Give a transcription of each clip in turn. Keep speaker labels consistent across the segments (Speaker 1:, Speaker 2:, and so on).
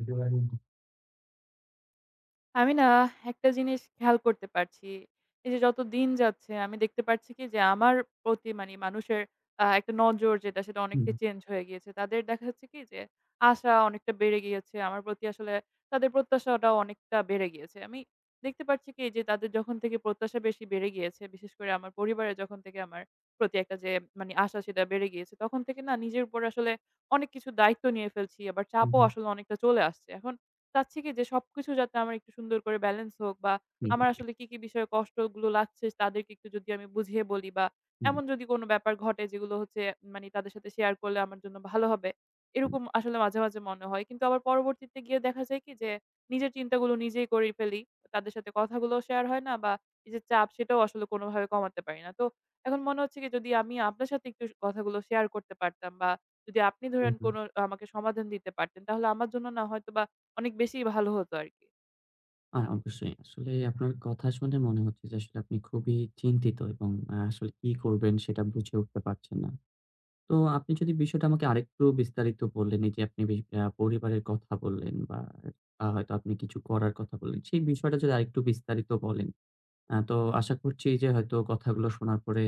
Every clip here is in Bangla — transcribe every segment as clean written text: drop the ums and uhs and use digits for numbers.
Speaker 1: একেবারেই।
Speaker 2: আমি না একটা জিনিস খেয়াল করতে পারছি। এই যে যত দিন যাচ্ছে আমি দেখতে পারছি কি যে আমার প্রতি মানে মানুষের একটা নজর যেটা সেটা
Speaker 1: হুম,
Speaker 2: অনেকটা চেঞ্জ হয়ে গিয়েছে। তাদের দেখা যাচ্ছে কি যে আশা অনেকটা বেড়ে গিয়েছে। আমার প্রতি আসলে তাদের প্রত্যাশাটাও অনেকটা বেড়ে গিয়েছে। আমি দেখতে পারছি কি যে তাদের যখন থেকে প্রত্যাশা বেশি বেড়ে গিয়েছে, বিশেষ করে আমার পরিবারে যখন থেকে আমার প্রতি একটা যে মানে আশা সেটা বেড়ে গিয়েছে। তখন থেকে না নিজের উপর আসলে অনেক কিছু দায়িত্ব নিয়ে ফেলছি। আবার
Speaker 1: হুম,
Speaker 2: চাপও
Speaker 1: হুম,
Speaker 2: আসলে অনেকটা চলে আসছে। এখন চাচ্ছি কি যে সবকিছু যাতে আমার একটু সুন্দর করে ব্যালেন্স হোক, বা
Speaker 1: হুম,
Speaker 2: আমার আসলে কি, কি বিষয়ে কষ্টগুলো লাগছে তাদেরকে একটু যদি আমি বুঝিয়ে বলি, বা
Speaker 1: হুম,
Speaker 2: এমন যদি কোনো ব্যাপার ঘটে যেগুলো হচ্ছে মানে তাদের সাথে শেয়ার করলে আমার জন্য ভালো হবে।
Speaker 1: হুম,
Speaker 2: এরকম আসলে মাঝে, মাঝে মনে হয়। কিন্তু আবার পরবর্তীতে গিয়ে দেখা যায় কি যে নিজের চিন্তাগুলো নিজেই করে ফেলি। তাদের সাথে কথাগুলোও শেয়ার হয় না, বা এই যে চাপ সেটাও আসলে কোনোভাবে কমাতে পারি না। তো এখন মনে হচ্ছে কি যদি আমি আপনার সাথে একটু কথাগুলো শেয়ার করতে পারতাম, বা যদি আপনি
Speaker 1: হুম,
Speaker 2: ধরেন
Speaker 1: হুম।
Speaker 2: কোনো আমাকে সমাধান দিতে পারতেন, তাহলে আমার জন্য না হয়তোবা অনেক বেশি ভালো হতো আরকি।
Speaker 1: অবশ্যই। আসলে আপনার কথা শুনে মনে হচ্ছে যে আসলে আপনি খুবই চিন্তিত এবং আসলে কি করবেন সেটা বুঝে উঠতে পারছেন না। তো আপনি যদি বিষয়টা আমাকে আরেকটু বিস্তারিত বললেন, এই যে আপনি বেশ পরিবারের কথা বললেন বা হয়তো আপনি কিছু করার কথা বললেন। সেই বিষয়টা যদি আরেকটু বিস্তারিত বলেন। তো আশা করছি যে হয়তো কথাগুলো শোনার পরে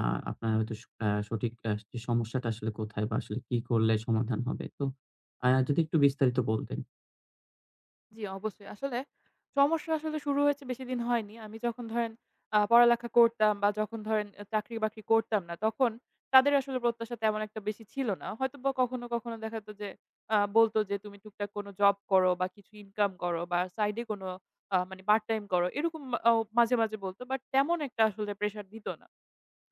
Speaker 1: আ আপনার হয়তো স আ সঠিক যে সমস্যাটা আসলে কোথায় বা আসলে কি করলে সমাধান হবে। তো যদি একটু বিস্তারিত বলতেন।
Speaker 2: জি, অবশ্যই। আসলে সমস্যা আসলে শুরু হয়েছে বেশিদিন হয়নি। আমি যখন ধরেন পড়ালেখা করতাম, বা যখন ধরেন চাকরি-বাকরি করতাম না, তখন তাদের আসলে প্রত্যাশা তেমন একটা বেশি ছিল না। হয়তোবা কখনো, কখনো দেখা যেত যে বলত যে, "তুমি টুকটাক কোনো জব করো, বা কিছু ইনকাম করো, বা সাইডে কোনো মানে পার্ট টাইম করো।" এরকম মাঝে, মাঝে বলত। বাট তেমন একটা আসলে প্রেশার দিত না।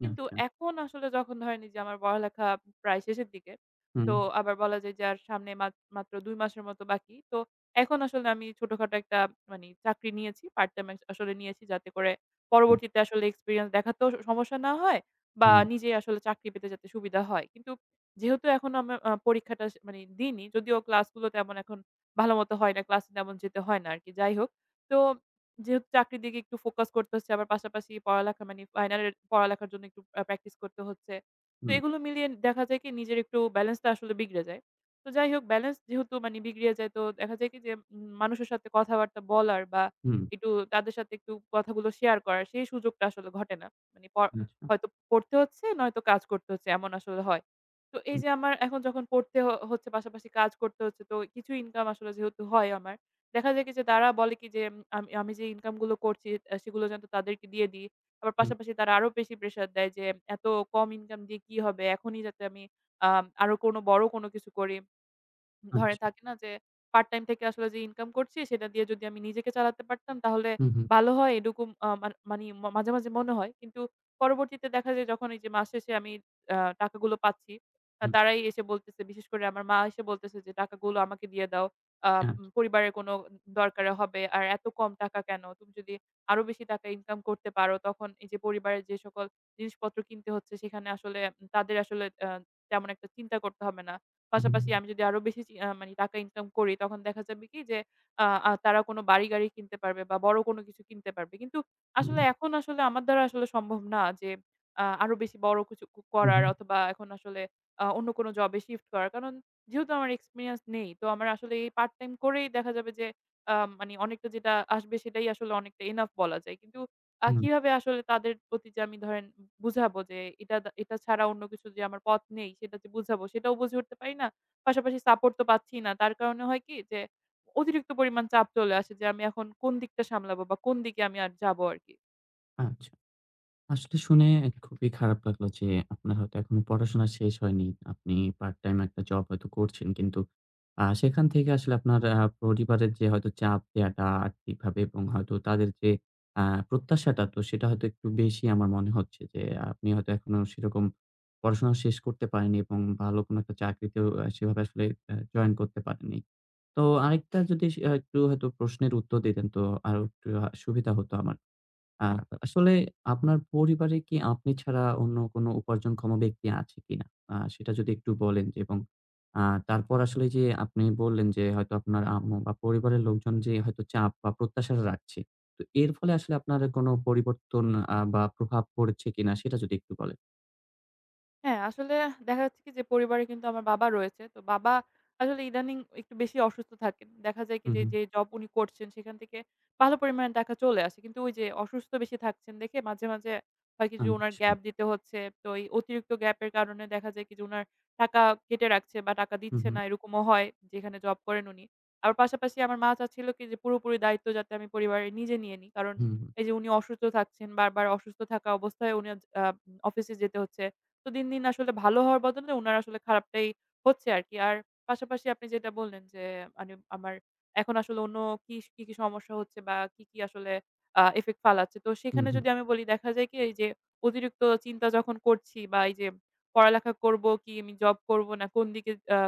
Speaker 2: কিন্তু
Speaker 1: আচ্ছা।
Speaker 2: এখন আসলে যখন ধরেন এই যে আমার পড়ালেখা প্রায় শেষের দিকে।
Speaker 1: হুম,
Speaker 2: তো আবার বলা যায় যে আর সামনে মাত্র ২ মাসের মতো বাকি। তো এখন আসলে আমি ছোটখাটো একটা মানি চাকরি নিয়েছি। পার্ট টাইম আসলে নিয়েছি যাতে করে
Speaker 1: হুম,
Speaker 2: পরবর্তীতে আসলে এক্সপেরিয়েন্স দেখাতেও সমস্যা না হয়, বা
Speaker 1: হুম,
Speaker 2: নিজেই আসলে চাকরি পেতে যাতে সুবিধা হয়। কিন্তু যেহেতু এখনো আমার পরীক্ষাটা মানি দিইনি, যদিও ক্লাসগুলো তেমন এখন ভালোমতো হয় না। ক্লাসে তেমন যেতে হয় না আরকি। যাই হোক। তো যেহেতু চাকরির দিকে একটু ফোকাস করতে হচ্ছে, আবার পাশাপাশি পড়ালেখা মানে ফাইনালের পড়ালেখার জন্য একটু প্র্যাকটিস করতে হচ্ছে। তো
Speaker 1: হুম,
Speaker 2: এগুলো মিলিয়ে দেখা যায় কি নিজের একটু ব্যালেন্সটা আসলে বিগড়ে যায়। তো যাই হোক, ব্যালেন্স যেহেতু মানে বিগড়িয়ে যায়, তো দেখা যায় কি যে মানুষের সাথে কথাবার্তা বলার, বা
Speaker 1: হুম,
Speaker 2: একটু তাদের সাথে একটু কথাগুলো শেয়ার করার সেই সুযোগটা আসলে ঘটে না। মানে
Speaker 1: আচ্ছা।
Speaker 2: হয়তো পড়তে হচ্ছে নয়তো কাজ করতে হচ্ছে, এমন আসলে হয়। তো এই
Speaker 1: হুম,
Speaker 2: যে আমার এখন যখন পড়তে হচ্ছে, পাশাপাশি কাজ করতে হচ্ছে, তো কিছু ইনকাম আসলে যেহেতু হয় আমার, দেখা যায় কি যে তারা বলে কি যে, আমি আমি যে ইনকাম গুলো করছি সেগুলো যেন তাদেরকে দিয়ে দিই। আবার
Speaker 1: হুম,
Speaker 2: পাশাপাশি তারা আরো বেশি প্রেশার দেয় যে, "এত কম ইনকাম দিয়ে কি হবে? এখনই যাতে আমি আরো কোনো বড় কোনো কিছু করি।" ধরেন
Speaker 1: আচ্ছা।
Speaker 2: থাকে না যে পার্ট টাইম থেকে আসলে যে ইনকাম করছি সেটা দিয়ে যদি আমি নিজেকে চালাতে পারতাম, তাহলে
Speaker 1: হুম, হুম,
Speaker 2: ভালো হয়, এরকম আ মান মানি মাঝে, মাঝে মনে হয়। কিন্তু পরবর্তীতে দেখা যায় যখন এই যে মাস শেষে আমি আ টাকাগুলো পাচ্ছি,
Speaker 1: হুম,
Speaker 2: তারাই এসে বলতেছে, বিশেষ করে আমার মা এসে বলতেছে যে, "টাকাগুলো আমাকে দিয়ে দাও। আ
Speaker 1: আচ্ছা।
Speaker 2: উম পরিবারের কোনো দরকারে হবে। আর এত কম টাকা কেন? তুমি যদি আরো বেশি টাকা ইনকাম করতে পারো, তখন এই যে পরিবারের যে সকল জিনিসপত্র কিনতে হচ্ছে, সেখানে আসলে তাদের আসলে তেমন একটা চিন্তা করতে হবে না।"
Speaker 1: হুম,
Speaker 2: পাশাপাশি আমি যদি আরো বেশি চি আ মানে টাকা ইনকাম করি, তখন দেখা যাবে কি যে আ আ তারা কোনো বাড়ি-গাড়ি কিনতে পারবে, বা বড় কোনো কিছু কিনতে পারবে। কিন্তু
Speaker 1: হুম,
Speaker 2: আসলে এখন আসলে আমার দ্বারা আসলে সম্ভব না যে আরো বেশি বড় কিছু করার,
Speaker 1: হুম,
Speaker 2: অথবা এখন আসলে অন্য কোনো জবে শিফট করার। কারণ যেহেতু আমার এক্সপেরিয়েন্স নেই, তো আমার আসলে এই পার্ট টাইম করেই দেখা যাবে যে আ মানে অনেকটা যেটা আসবে সেটাই আসলে অনেকটা এনাফ বলা যায়। কিন্তু
Speaker 1: হুম,
Speaker 2: কিভাবে আসলে তাদের প্রতি যে আমি ধরেন বুঝাবো যে এটা ছাড়া অন্য কিছু যে আমার পথ নেই, সেটা যে বুঝাবো সেটাও বুঝে উঠতে পারি না। পাশাপাশি সাপোর্ট তো পাচ্ছি না। তার কারণে হয় কি যে অতিরিক্ত পরিমাণ চাপ চলে আসে যে আমি এখন কোন দিকটা সামলাবো, বা কোন দিকে আমি আর যাবো আরকি।
Speaker 1: আচ্ছা। আসলে শুনে খুবই খারাপ লাগলো যে আপনার হয়তো এখনো পড়াশোনা শেষ হয়নি। আপনি পার্ট টাইম একটা জব হয়তো করছেন। কিন্তু সেখান থেকে আসলে আপনার পরিবারের যে হয়তো চাপ দেয়াটা আর্থিকভাবে এবং হয়তো তাদের যে আ প্রত্যাশাটা তো সেটা হয়তো একটু বেশি আমার মনে হচ্ছে যে আপনি হয়তো এখনো সেরকম পড়াশোনা শেষ করতে পারেননি এবং ভালো কোনো একটা চাকরিতেও সেভাবে আসলে জয়েন করতে পারেননি। তো আরেকটা যদি সে আ একটু হয়তো প্রশ্নের উত্তর দিতেন তো আরো একটু সুবিধা হতো আমার। আ আসলে আপনার পরিবারে কি আপনি ছাড়া অন্য কোনো উপার্জনক্ষম ব্যক্তি আছে কিনা? সেটা যদি একটু বলেন যে এবং আ তারপর আসলে যে আপনি বললেন যে হয়তো আপনার আম্মু বা পরিবারের লোকজন যে হয়তো চাপ বা প্রত্যাশা রাখছে। তো এর ফলে আসলে আপনার কোনো পরিবর্তন বা প্রভাব পড়েছে কিনা সেটা যদি একটু বলেন?
Speaker 2: হ্যাঁ, আসলে দেখা যাচ্ছে কি যে পরিবারে কিন্তু আমার বাবা রয়েছে। তো বাবা আসলে ইদানিং একটু বেশি অসুস্থ থাকেন। দেখা যায় কি
Speaker 1: হু,
Speaker 2: যে,
Speaker 1: হু।
Speaker 2: যে জব উনি করছেন সেখান থেকে ভালো পরিমাণে টাকা চলে আসে। কিন্তু ওই যে অসুস্থ বেশি থাকছেন দেখে মাঝে, মাঝে হয় কি যে উনার
Speaker 1: আচ্ছা।
Speaker 2: গ্যাপ দিতে হচ্ছে। তো এই অতিরিক্ত গ্যাপের কারণে দেখা যায় কি যে উনার টাকা কেটে রাখছে, বা টাকা
Speaker 1: হু,
Speaker 2: দিচ্ছে
Speaker 1: হু,
Speaker 2: না, এরকমও হয় যেখানে জব করেন উনি। আবার পাশাপাশি আমার মা চাচ্ছিল কি যে পুরোপুরি দায়িত্ব যাতে আমি পরিবারে নিজে নিয়ে নিই। কারণ
Speaker 1: হুম, হুম,
Speaker 2: এই যে উনি অসুস্থ থাকছেন, বারবার অসুস্থ থাকা অবস্থায় উনি আ অফিসে যেতে হচ্ছে। তো দিন, দিন আসলে ভালো হওয়ার বদলে উনার আসলে খারাপটাই হচ্ছে আরকি। আর পাশাপাশি আপনি যেটা বললেন যে, মানে আমার এখন আসলে অন্য কি, কি, কি সমস্যা হচ্ছে, বা কি, কি, আসলে ইফেক্ট ফালাচ্ছে। তো সেখানে
Speaker 1: হুম,
Speaker 2: যদি আমি বলি, দেখা যায় কি এই যে অতিরিক্ত চিন্তা যখন করছি, বা এই যে পড়ালেখা করব কি আমি জব করব, না কোন দিকে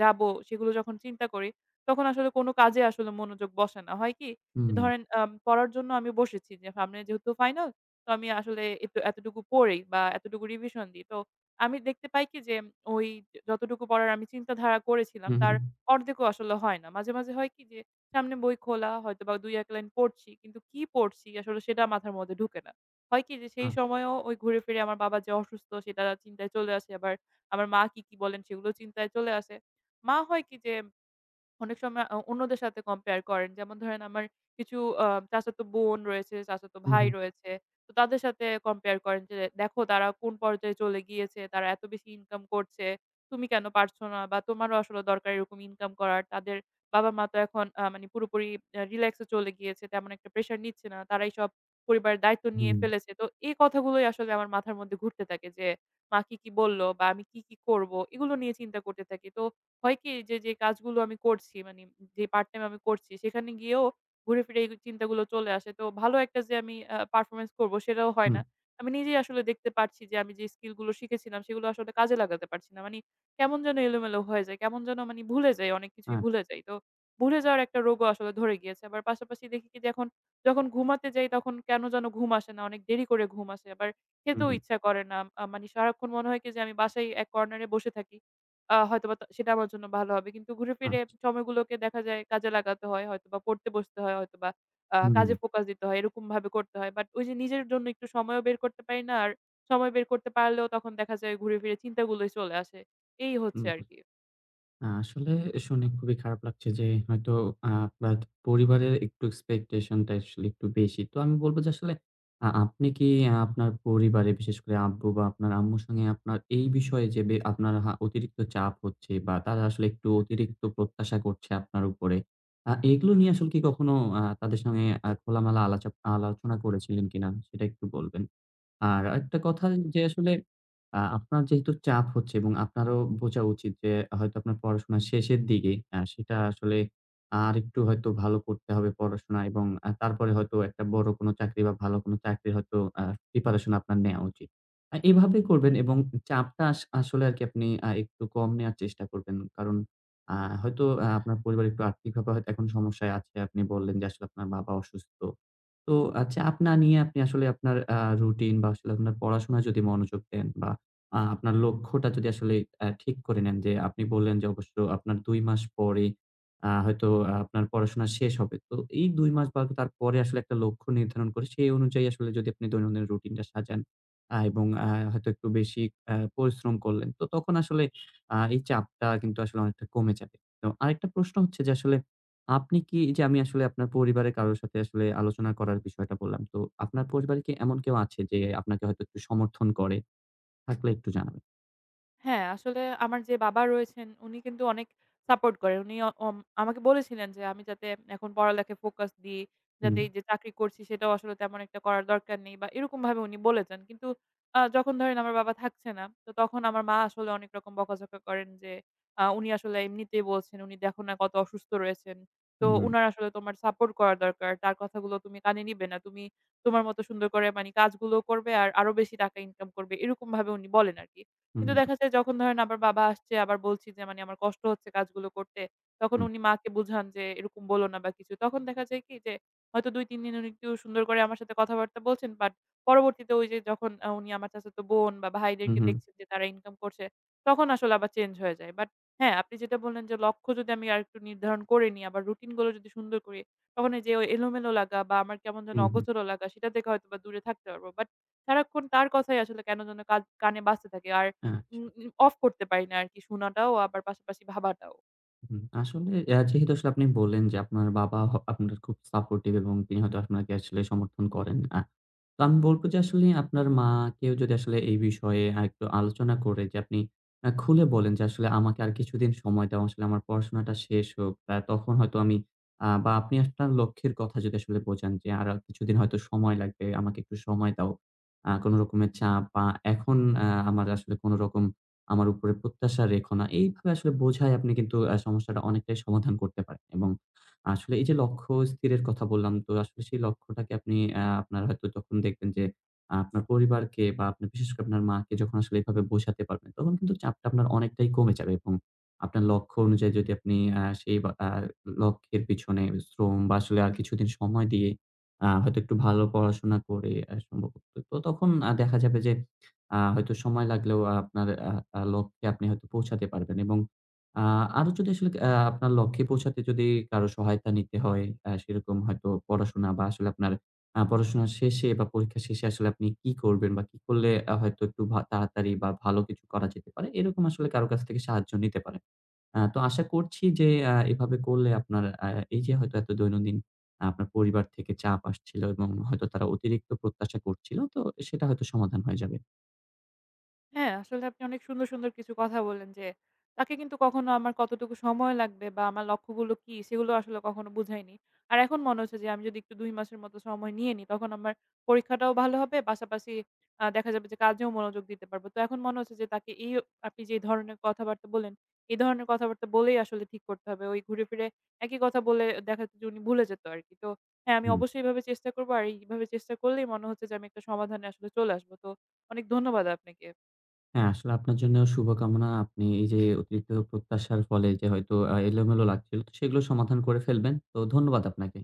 Speaker 2: যাবো, সেগুলো যখন চিন্তা করি, তখন আসলে কোনো কাজে আসলে মনোযোগ বসে না। হয় কি যে
Speaker 1: হুম,
Speaker 2: ধরেন পড়ার জন্য আমি বসেছি, যে সামনে যেহেতু ফাইনাল, তো আমি আসলে এতটুকু পড়ি বা এতটুকু রিভিশন দিই। তো আমি দেখতে পাই কি যে ওই যতটুকু পড়ার আমি চিন্তাধারা করেছিলাম
Speaker 1: হুম,
Speaker 2: তার অর্ধেকও আসলে হয় না। মাঝে, মাঝে হয় কি যে সামনে বই খোলা হয়তোবা ২-১ লাইন পড়ছি। কিন্তু কি পড়ছি আসলে সেটা মাথার মধ্যে ঢুকে না। হয় কি যে
Speaker 1: আ
Speaker 2: সেই সময়েও ওই ঘুরে ফিরে আমার বাবা যে অসুস্থ সেটা চিন্তায় চলে আসে। আবার আমার মা কি, কি বলেন সেগুলো চিন্তায় চলে আসে। মা হয় কি যে অনেক সময় অন্যদের সাথে কম্পেয়ার করেন। যেমন ধরেন আমার কিছু আ চাচাতো বোন রয়েছে, চাচাতো
Speaker 1: হুম,
Speaker 2: ভাই
Speaker 1: হুম,
Speaker 2: রয়েছে। তো তাদের সাথে কম্পেয়ার করেন যে, "দেখো তারা কোন পর্যায়ে চলে গিয়েছে। তারা এত বেশি ইনকাম করছে। তুমি কেন পারছো না? বা তোমারও আসলে দরকার এরকম ইনকাম করার। তাদের বাবা-মা তো এখন মানে পুরোপুরি রিল্যাক্সে চলে গিয়েছে। তেমন একটা প্রেশার নিচ্ছে না। তারাই সব পরিবারের দায়িত্ব নিয়ে
Speaker 1: হুম,
Speaker 2: ফেলেছে।" তো এই কথাগুলোই আসলে আমার মাথার মধ্যে ঘুরতে থাকে যে, মা কি, কি বলল? বা আমি কি, কি করব? এগুলো নিয়ে চিন্তা করতে থাকি। তো হয় কি যে, যে কাজগুলো আমি করছি, মানে যে পার্ট টাইম আমি করছি, সেখানে গিয়েও ঘুরে ফিরে এই চিন্তাগুলো চলে আসে। তো ভালো একটা যে আমি পারফরম্যান্স করব সেটাও হয়
Speaker 1: হুম,
Speaker 2: না। আমি নিজেই আসলে দেখতে পারছি যে আমি যে স্কিল গুলো শিখেছিলাম সেগুলো আসলে কাজে লাগাতে পারছি না। মানি কেমন যেন এলোমেলো হয়ে যায়। কেমন যেন মানি ভুলে যাই, অনেক কিছুই
Speaker 1: আ
Speaker 2: ভুলে যাই। তো ভুলে যাওয়ার একটা রোগও আসলে ধরে গিয়েছে। আবার পাশাপাশি দেখি কি যে এখন যখন ঘুমাতে যাই তখন কেন যেন ঘুম আসে না। অনেক দেরি করে ঘুম আসে। আবার
Speaker 1: হুম,
Speaker 2: খেতেও
Speaker 1: হুম,
Speaker 2: ইচ্ছা করে না। মানি সারাক্ষণ মনে হয় কি যে আমি বাসায় এক কর্নারে বসে থাকি। হয়তোবা সেটা আমার জন্য ভালো হবে। কিন্তু ঘুরে
Speaker 1: আ
Speaker 2: ফিরে সময়গুলোকে দেখা যায় কাজে লাগাতে হয়। হয়তোবা পড়তে বসতে হয়, হয়তোবা
Speaker 1: হুম, হুম।
Speaker 2: কাজে ফোকাস দিতে হয়। এরকমভাবে করতে হয়। বাট ওই যে নিজের জন্য একটু সময়ও বের করতে পারি না। আর সময় বের করতে পারলেও তখন দেখা যায় ঘুরে ফিরে চিন্তাগুলোই চলে আসে। এই হচ্ছে
Speaker 1: হুম।
Speaker 2: আরকি।
Speaker 1: আসলে শুনে খুবই খারাপ লাগছে যে হয়তো আপনার পরিবারের একটু expectation টা আসলে একটু বেশি। তো আমি বলব যে আসলে আপনি কি আপনার পরিবারে বিশেষ করে আব্বু বা আপনার আম্মুর সঙ্গে আপনার এই বিষয়ে যে আপনার অতিরিক্ত চাপ হচ্ছে বা তারা আসলে একটু অতিরিক্ত প্রত্যাশা করছে আপনার উপরে, এগুলো নিয়ে আসলে কি কখনো তাদের সঙ্গে খোলামেলা আলোচনা করেছিলেন কিনা? সেটা একটু বলবেন। আর আরেকটা কথা যে আসলে আপনার যেহেতু চাপ হচ্ছে এবং আপনারও বোঝা উচিত যে হয়তো আপনার পড়াশোনা শেষের দিকে সেটা আসলে আরেকটু হয়তো ভালো করতে হবে পড়াশোনা এবং তারপরে হয়তো একটা বড় কোনো চাকরি বা ভালো কোনো চাকরির হয়তো প্রিপারেশন আপনার নেয়া উচিত। এভাবে করবেন এবং চাপটা আসলে আরকি আপনি একটু কম নেয়ার চেষ্টা করবেন। কারণ আ হয়তো আপনার পরিবার একটু আর্থিকভাবে হয়তো এখন সমস্যায় আছে। আপনি বললেন যে আসলে আপনার বাবা অসুস্থ। তো আচ্ছা আপনার নিয়ে আপনি আসলে আপনার রুটিন বা আসলে আপনার পড়াশোনায় যদি মনোযোগ দেন বা আপনার লক্ষ্যটা যদি আসলে ঠিক করে নেন যে আপনি বললেন যে অবশ্য আপনার ২ মাস পরে হয়তো আপনার পড়াশোনা শেষ হবে। তো এই ২ মাস বা তারপরে আসলে একটা লক্ষ্য নির্ধারণ করে সেই অনুযায়ী আসলে যদি আপনি দৈনন্দিন রুটিনটা সাজান এবং হয়তো একটু বেশি পরিশ্রম করলেন। তো তখন আসলে এই চাপটা কিন্তু আসলে অনেকটা কমে যাবে। তো আরেকটা প্রশ্ন হচ্ছে যে আসলে আপনি কি এই যে আমি আসলে আপনার পরিবারের কারো সাথে আসলে আলোচনা করার বিষয়টা বললাম। তো আপনার পরিবারে কি এমন কেউ আছে যে আপনাকে হয়তো একটু সমর্থন করে? থাকলে একটু জানাবেন।
Speaker 2: হ্যাঁ, আসলে আমার যে বাবা রয়েছেন উনি কিন্তু অনেক সাপোর্ট করেন। উনি অ অম আমাকে বলেছিলেন যে আমি যাতে এখন পড়ালেখায় ফোকাস দিই, যাতে
Speaker 1: হুম,
Speaker 2: এই যে চাকরি করছি সেটাও আসলে তেমন একটা করার দরকার নেই, বা এরকমভাবে উনি বলেছেন। কিন্তু যখন ধরেন আমার বাবা থাকছে না, তো তখন আমার মা আসলে অনেক রকম বকাঝকা করেন যে উনি আসলে এমনিতেই বলছেন, "উনি দেখো না কত অসুস্থ রয়েছেন। তো
Speaker 1: হুম,
Speaker 2: উনার আসলে তোমার সাপোর্ট করা দরকার। তার কথাগুলো তুমি কানে নিবে না। তুমি তোমার মতো সুন্দর করে মানি কাজগুলো করবে আর আরো বেশি টাকা ইনকাম করবে।" এরকমভাবে উনি বলেন আরকি। কিন্তু
Speaker 1: হুম,
Speaker 2: দেখা যায় যখন ধরেন আবার বাবা আসছে, আবার বলছি যে মানে আমার কষ্ট হচ্ছে কাজগুলো করতে। তখন
Speaker 1: হুম,
Speaker 2: উনি মাকে বুঝান যে এরকম বলো না বা কিছু। তখন দেখা যায় কি যে হয়তো ২-৩ দিন উনি একটু সুন্দর করে আমার সাথে কথাবার্তা বলছেন। বাট পরবর্তীতে ওই যে যখন উনি আমার চাচাতো বোন বা
Speaker 1: হুম,
Speaker 2: ভাইদেরকে
Speaker 1: হুম,
Speaker 2: দেখছেন যে তারা ইনকাম করছে, তখন আসলে আবার চেঞ্জ হয়ে যায়। বাট হ্যাঁ, আপনি যেটা বললেন যে লক্ষ্য যদি আমি আরেকটু নির্ধারণ করে নিই, আবার রুটিন গুলো যদি সুন্দর করি, তখন এই যে ওই এলোমেলো লাগা বা আমার কেমন যেন
Speaker 1: হুম, হুম।
Speaker 2: অগোছালো লাগা সেটা থেকে হয়তোবা দূরে থাকতে পারবো। বাট সারাক্ষণ তার কথাই আসলে কেন যেন কানে বাজতে থাকে। আর
Speaker 1: আচ্ছা।
Speaker 2: উম উম অফ করতে পারি না আরকি, শোনাটাও আবার পাশাপাশি ভাবাটাও।
Speaker 1: হুম, আসলে যেহেতু আসলে আপনি বললেন যে আপনার বাবা আপনার খুব সাপোর্টিভ এবং তিনি হয়তো আপনাকে আসলে সমর্থন করেন। তো আমি বলব যে আসলে আপনার মাকেও যদি আসলে এই বিষয়ে আরেকটু আলোচনা করে যে আপনি খুলে বলেন যে আসলে আমাকে আর কিছুদিন সময় দাও। আসলে আমার পড়াশোনাটা শেষ হোক। তখন হয়তো আমি বা আপনি আপনার লক্ষ্যের কথা যদি আসলে বোঝান যে আর কিছুদিন হয়তো সময় লাগবে। আমাকে একটু সময় দাও। কোন রকমের চাপ বা এখন আমার আসলে কোন রকম আমার উপরে প্রত্যাশা রেখো না। এইভাবে আসলে বোঝায় আপনি কিন্তু সমস্যাটা অনেকটাই সমাধান করতে পারেন এবং আসলে এই যে লক্ষ্য স্থিরের কথা বললাম, তো আসলে সেই লক্ষ্যটাকে আপনি আপনার হয়তো যখন দেখবেন যে আপনার পরিবারকে বা আপনার বিশেষ করে আপনার মাকে যখন আসলে এভাবে বোঝাতে পারবেন, তখন কিন্তু চাপটা আপনার অনেকটাই কমে যাবে এবং আপনার লক্ষ্য অনুযায়ী যদি আপনি সেই বা লক্ষ্যের পিছনে শ্রম বা আসলে আর কিছুদিন সময় দিয়ে হয়তো একটু ভালো পড়াশোনা করে সম্ভবত তো তখন দেখা যাবে যে হয়তো সময় লাগলেও আপনার আ আ লক্ষ্যে আপনি হয়তো পৌঁছাতে পারবেন এবং আ আরো যদি আসলে আপনার লক্ষ্যে পৌঁছাতে যদি কারো সহায়তা নিতে হয়, সেরকম হয়তো পড়াশোনা বা আসলে আপনার পড়াশোনা শেষে বা পরীক্ষা শেষে আসলে আপনি কি করবেন বা কি করলে হয়তো একটু তাড়াতাড়ি বা ভালো কিছু করা যেতে পারে, এরকম আসলে কারো কাছ থেকে সাহায্য নিতে পারেন। তো আশা করছি যে এভাবে করলে আপনার এই যে হয়তো এত দৈনন্দিন আপনার পরিবার থেকে চাপ আসছিল এবং হয়তো তারা অতিরিক্ত প্রত্যাশা করছিল, তো সেটা হয়তো সমাধান হয়ে যাবে।
Speaker 2: হ্যাঁ, আসলে আপনি অনেক সুন্দর, সুন্দর কিছু কথা বললেন যে, তাকে কিন্তু কখনো আমার কতটুকু সময় লাগবে বা আমার লক্ষ্যগুলো কি সেগুলো আসলে কখনো বুঝাইনি। আর এখন মনে হচ্ছে যে আমি যদি একটু ২ মাসের মতো সময় নিয়ে নিই, তখন আমার পরীক্ষাটাও ভালো হবে, পাশাপাশি দেখা যাবে যে কাজেও মনোযোগ দিতে পারব। তো এখন মনে হচ্ছে যে তাকে এই আপনি যে ধরনের কথাবার্তা বললেন, এই ধরনের কথাবার্তা বলেই আসলে ঠিক করতে হবে। ওই ঘুরে ফিরে একই কথা বলে দেখা যেত যে উনি ভুলে যেত আরকি। তো হ্যাঁ, আমি
Speaker 1: হুম।
Speaker 2: অবশ্যই এভাবে চেষ্টা করব। আর এইভাবে চেষ্টা করলেই মনে হচ্ছে যে আমি একটা সমাধানে আসলে চলে আসব। তো অনেক ধন্যবাদ আপনাকে।
Speaker 1: হ্যাঁ, আসলে আপনার জন্য শুভকামনা। আপনি এই যে অতিরিক্ত প্রত্যাশার ফলে যে হয়তো এলোমেলো লাগছিল, তো সেগুলো সমাধান করে ফেলবেন। তো ধন্যবাদ আপনাকে।